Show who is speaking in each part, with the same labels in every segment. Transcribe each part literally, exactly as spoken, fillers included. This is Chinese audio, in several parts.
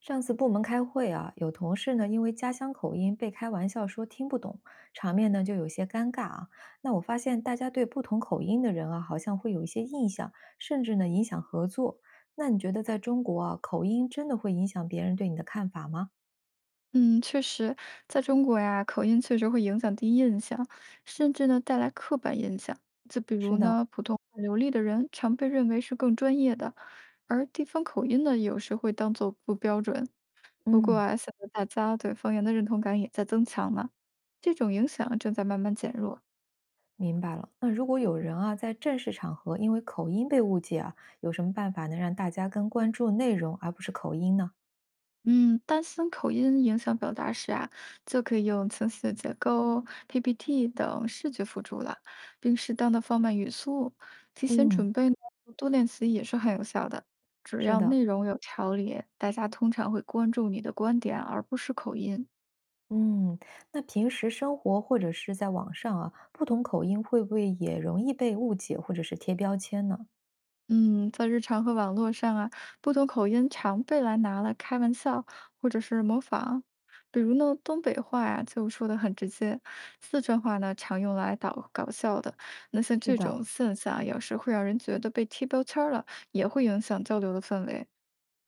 Speaker 1: 上次部门开会啊，有同事呢因为家乡口音被开玩笑说听不懂，场面呢就有些尴尬啊。那我发现大家对不同口音的人啊，好像会有一些印象，甚至呢影响合作。那你觉得在中国啊，口音真的会影响别人对你的看法吗？
Speaker 2: 嗯，确实，在中国呀，口音确实会影响第一印象，甚至呢带来刻板印象。就比
Speaker 1: 是
Speaker 2: 如
Speaker 1: 的，
Speaker 2: 呢，普通话流利的人常被认为是更专业的，而地方口音呢，有时会当做不标准。不过
Speaker 1: 嗯，
Speaker 2: 啊，现在大家对方言的认同感也在增强呢，这种影响正在慢慢减弱。
Speaker 1: 明白了。那如果有人啊在正式场合因为口音被误解啊，有什么办法能让大家更关注内容而不是口音呢？
Speaker 2: 嗯，担心口音影响表达时啊，就可以用情绪结构、P P T 等视觉辅助了，并适当的放慢语速，提前
Speaker 1: 嗯，
Speaker 2: 准备呢多练习也是很有效的。只
Speaker 1: 是
Speaker 2: 要
Speaker 1: 的，
Speaker 2: 内容有条理，大家通常会关注你的观点，而不是口音。
Speaker 1: 嗯，那平时生活或者是在网上啊，不同口音会不会也容易被误解或者是贴标签呢？
Speaker 2: 嗯，在日常和网络上啊，不同口音常被来拿来开玩笑，或者是模仿。比如呢，东北话呀、就说的很直接，四川话呢常用来搞搞笑的。那像
Speaker 1: 是
Speaker 2: 这
Speaker 1: 的，
Speaker 2: 种现象，有时会让人觉得被贴标签儿了，也会影响交流的氛围。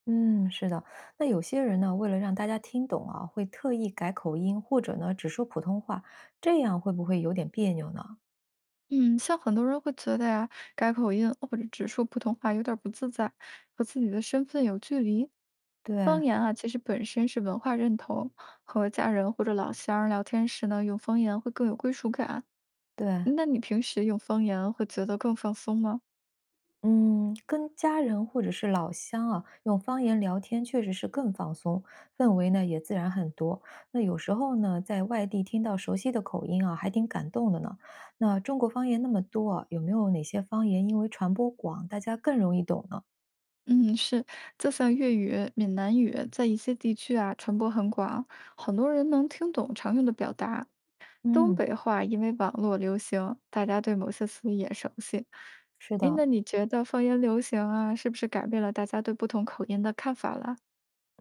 Speaker 1: 嗯，是的。那有些人呢，为了让大家听懂啊，会特意改口音，或者呢，只说普通话，这样会不会有点别扭呢？
Speaker 2: 嗯，像很多人会觉得呀，改口音或者只说普通话有点儿不自在，和自己的身份有距离。
Speaker 1: 对
Speaker 2: 方言啊，其实本身是文化认同，和家人或者老乡儿聊天时呢，用方言会更有归属感。
Speaker 1: 对，
Speaker 2: 那你平时用方言会觉得更放松吗？
Speaker 1: 嗯，跟家人或者是老乡啊，用方言聊天确实是更放松，氛围呢也自然很多。那有时候呢，在外地听到熟悉的口音啊，还挺感动的呢。那中国方言那么多啊有没有哪些方言因为传播广，大家更容易懂呢？
Speaker 2: 嗯，是，就像粤语、闽南语在一些地区啊传播很广，很多人能听懂常用的表达。东
Speaker 1: 嗯，
Speaker 2: 北话因为网络流行，大家对某些词语也熟悉。
Speaker 1: 是
Speaker 2: 诶，
Speaker 1: 的。
Speaker 2: 那你觉得方言流行啊，是不是改变了大家对不同口音的看法了？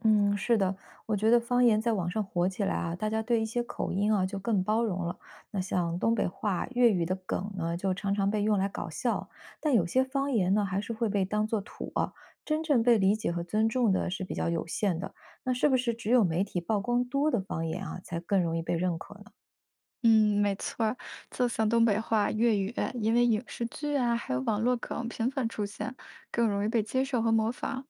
Speaker 1: 嗯，是的，我觉得方言在网上火起来啊，大家对一些口音啊就更包容了。那像东北话、粤语的梗呢，就常常被用来搞笑，但有些方言呢，还是会被当作土啊，真正被理解和尊重的是比较有限的。那是不是只有媒体曝光多的方言啊，才更容易被认可呢？
Speaker 2: 嗯，没错儿，就像东北话、粤语，因为影视剧啊，还有网络梗频繁出现，更容易被接受和模仿。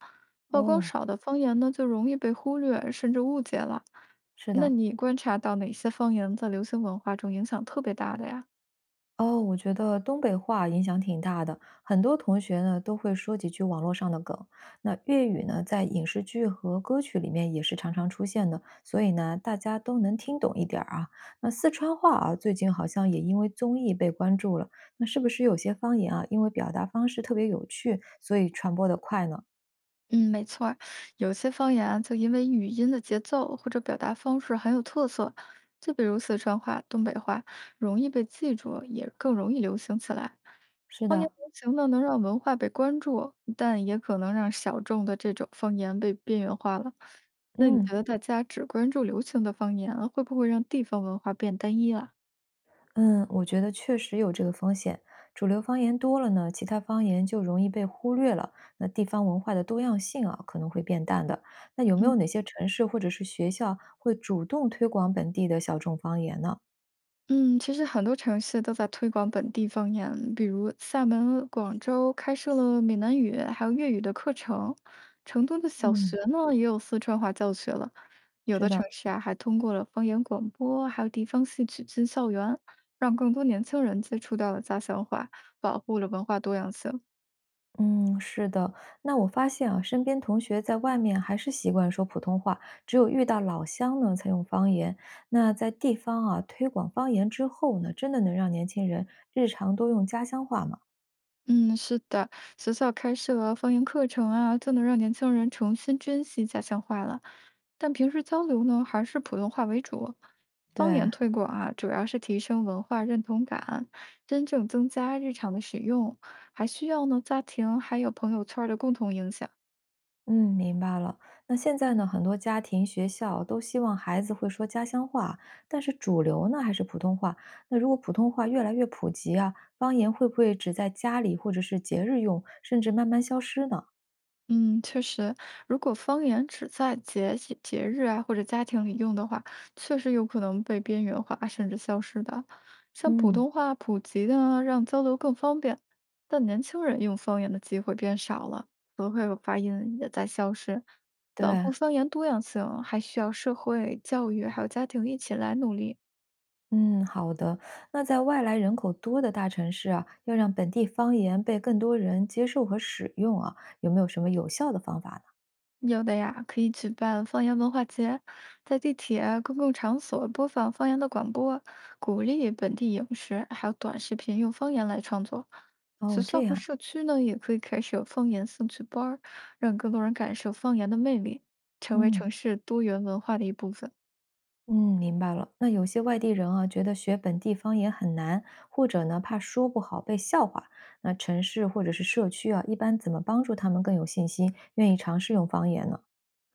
Speaker 2: 曝光
Speaker 1: 哦，
Speaker 2: 少的方言呢，就容易被忽略，甚至误解了。
Speaker 1: 是
Speaker 2: 那
Speaker 1: 的，
Speaker 2: 你观察到哪些方言在流行文化中影响特别大的呀？
Speaker 1: 哦，我觉得东北话影响挺大的，很多同学呢都会说几句网络上的梗。那粤语呢，在影视剧和歌曲里面也是常常出现的，所以呢，大家都能听懂一点儿啊。那四川话啊，最近好像也因为综艺被关注了，那是不是有些方言啊，因为表达方式特别有趣，所以传播的快呢？
Speaker 2: 嗯，没错儿有些方言啊就因为语音的节奏或者表达方式很有特色，就比如四川话、东北话，容易被记住，也更容易流行起来。
Speaker 1: 是
Speaker 2: 方言
Speaker 1: 的，
Speaker 2: 流行呢，能让文化被关注，但也可能让小众的这种方言被边缘化了。那你
Speaker 1: 嗯。
Speaker 2: 觉得大家只关注流行的方言，会不会让地方文化变单一了？
Speaker 1: 嗯，我觉得确实有这个风险。主流方言多了呢，其他方言就容易被忽略了。那地方文化的多样性啊，可能会变淡的。那有没
Speaker 2: 嗯。
Speaker 1: 有哪些城市或者是学校会主动推广本地的小众方言呢？
Speaker 2: 嗯，其实很多城市都在推广本地方言，比如厦门、广州开设了闽南语还有粤语的课程，成都的小学
Speaker 1: 嗯，
Speaker 2: 呢也有四川话教学了，有
Speaker 1: 是
Speaker 2: 的城
Speaker 1: 的，
Speaker 2: 市啊还通过了方言广播，还有地方戏曲进校园，让更多年轻人接触到了家乡话，保护了文化多样性。
Speaker 1: 嗯，是的。那我发现啊，身边同学在外面还是习惯说普通话，只有遇到老乡呢才用方言。那在地方啊推广方言之后呢，真的能让年轻人日常多用家乡话吗？
Speaker 2: 嗯，是的，学校开设方言课程啊，就能让年轻人重新珍惜家乡话了。但平时交流呢，还是普通话为主。方言
Speaker 1: 对，
Speaker 2: 推广啊，主要是提升文化认同感，真正增加日常的使用，还需要呢家庭还有朋友圈儿的共同影响。
Speaker 1: 嗯，明白了。那现在呢，很多家庭、学校都希望孩子会说家乡话，但是主流呢还是普通话。那如果普通话越来越普及啊，方言会不会只在家里或者是节日用，甚至慢慢消失呢？
Speaker 2: 嗯，确实，如果方言只在节气节日啊或者家庭里用的话，确实有可能被边缘化甚至消失的。像普
Speaker 1: 嗯，
Speaker 2: 通话普及呢，让交流更方便，但年轻人用方言的机会变少了，词汇和发音也在消失。保
Speaker 1: 对，
Speaker 2: 护方言多样性，还需要社会、教育还有家庭一起来努力。
Speaker 1: 嗯，好的。那在外来人口多的大城市啊，要让本地方言被更多人接受和使用啊，有没有什么有效的方法呢？
Speaker 2: 有的呀，可以举办方言文化节，在地铁、公共场所播放方言的广播，鼓励本地影视还有短视频用方言来创作。学
Speaker 1: 哦，
Speaker 2: 校
Speaker 1: 这
Speaker 2: 和
Speaker 1: 样，
Speaker 2: 社区呢，也可以开设方言兴趣班儿让更多人感受方言的魅力，成为
Speaker 1: 嗯。
Speaker 2: 城市多元文化的一部分。
Speaker 1: 嗯，明白了。那有些外地人啊，觉得学本地方言很难，或者呢怕说不好被笑话。那城市或者是社区啊，一般怎么帮助他们更有信心，愿意尝试用方言呢？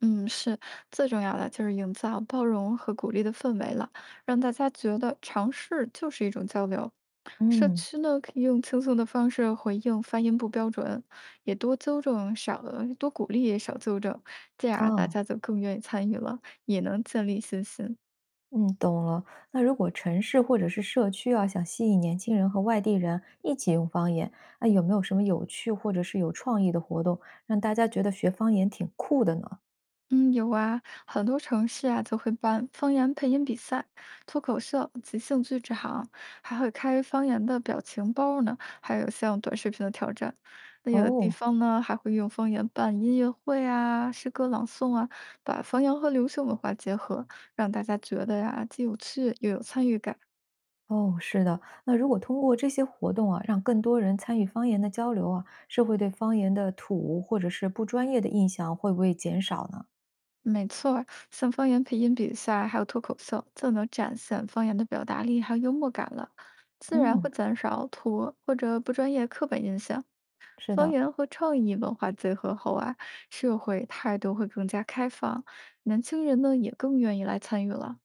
Speaker 2: 嗯，是，最重要的就是营造包容和鼓励的氛围了，让大家觉得尝试就是一种交流。社
Speaker 1: 嗯，
Speaker 2: 区呢，可以用轻松的方式回应发音不标准，也多纠正少，多鼓励少纠正，这样大
Speaker 1: 哦，
Speaker 2: 家就更愿意参与了，也能建立信心。
Speaker 1: 嗯，懂了。那如果城市或者是社区啊，想吸引年轻人和外地人一起用方言，那有没有什么有趣或者是有创意的活动，让大家觉得学方言挺酷的呢？
Speaker 2: 嗯，有啊，很多城市啊就会办方言配音比赛、脱口秀、即兴剧之行，还会开方言的表情包儿呢，还有像短视频的挑战。那有的地
Speaker 1: 哦，
Speaker 2: 方呢，还会用方言办音乐会啊、诗歌朗诵啊，把方言和流行文化结合，让大家觉得呀、既有趣又有参与感。
Speaker 1: 哦，是的。那如果通过这些活动啊，让更多人参与方言的交流啊，社会对方言的土或者是不专业的印象会不会减少呢？
Speaker 2: 没错儿像方言配音比赛还有脱口秀，就能展现方言的表达力还有幽默感了，自然
Speaker 1: 嗯，
Speaker 2: 会减少土或者不专业刻板印象。
Speaker 1: 是
Speaker 2: 方
Speaker 1: 的，
Speaker 2: 言和创意文化结合后啊，社会态度会更加开放，年轻人呢也更愿意来参与了。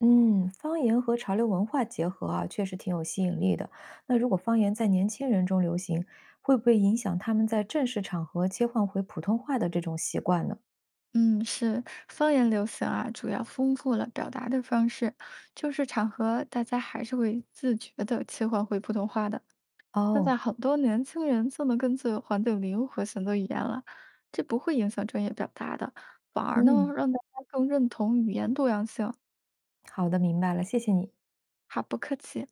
Speaker 1: 嗯，方言和潮流文化结合啊，确实挺有吸引力的。那如果方言在年轻人中流行，会不会影响他们在正式场合切换回普通话的这种习惯呢？
Speaker 2: 嗯，是方言流行啊，主要丰富了表达的方式，就是场合大家还是会自觉的切换回普通话的。现在
Speaker 1: 哦，
Speaker 2: 很多年轻人就能根据环境灵活选择语言了，这不会影响专业表达的，反而呢
Speaker 1: 嗯，
Speaker 2: 让大家更认同语言多样性，
Speaker 1: 好的，明白了，谢谢你。
Speaker 2: 还不客气。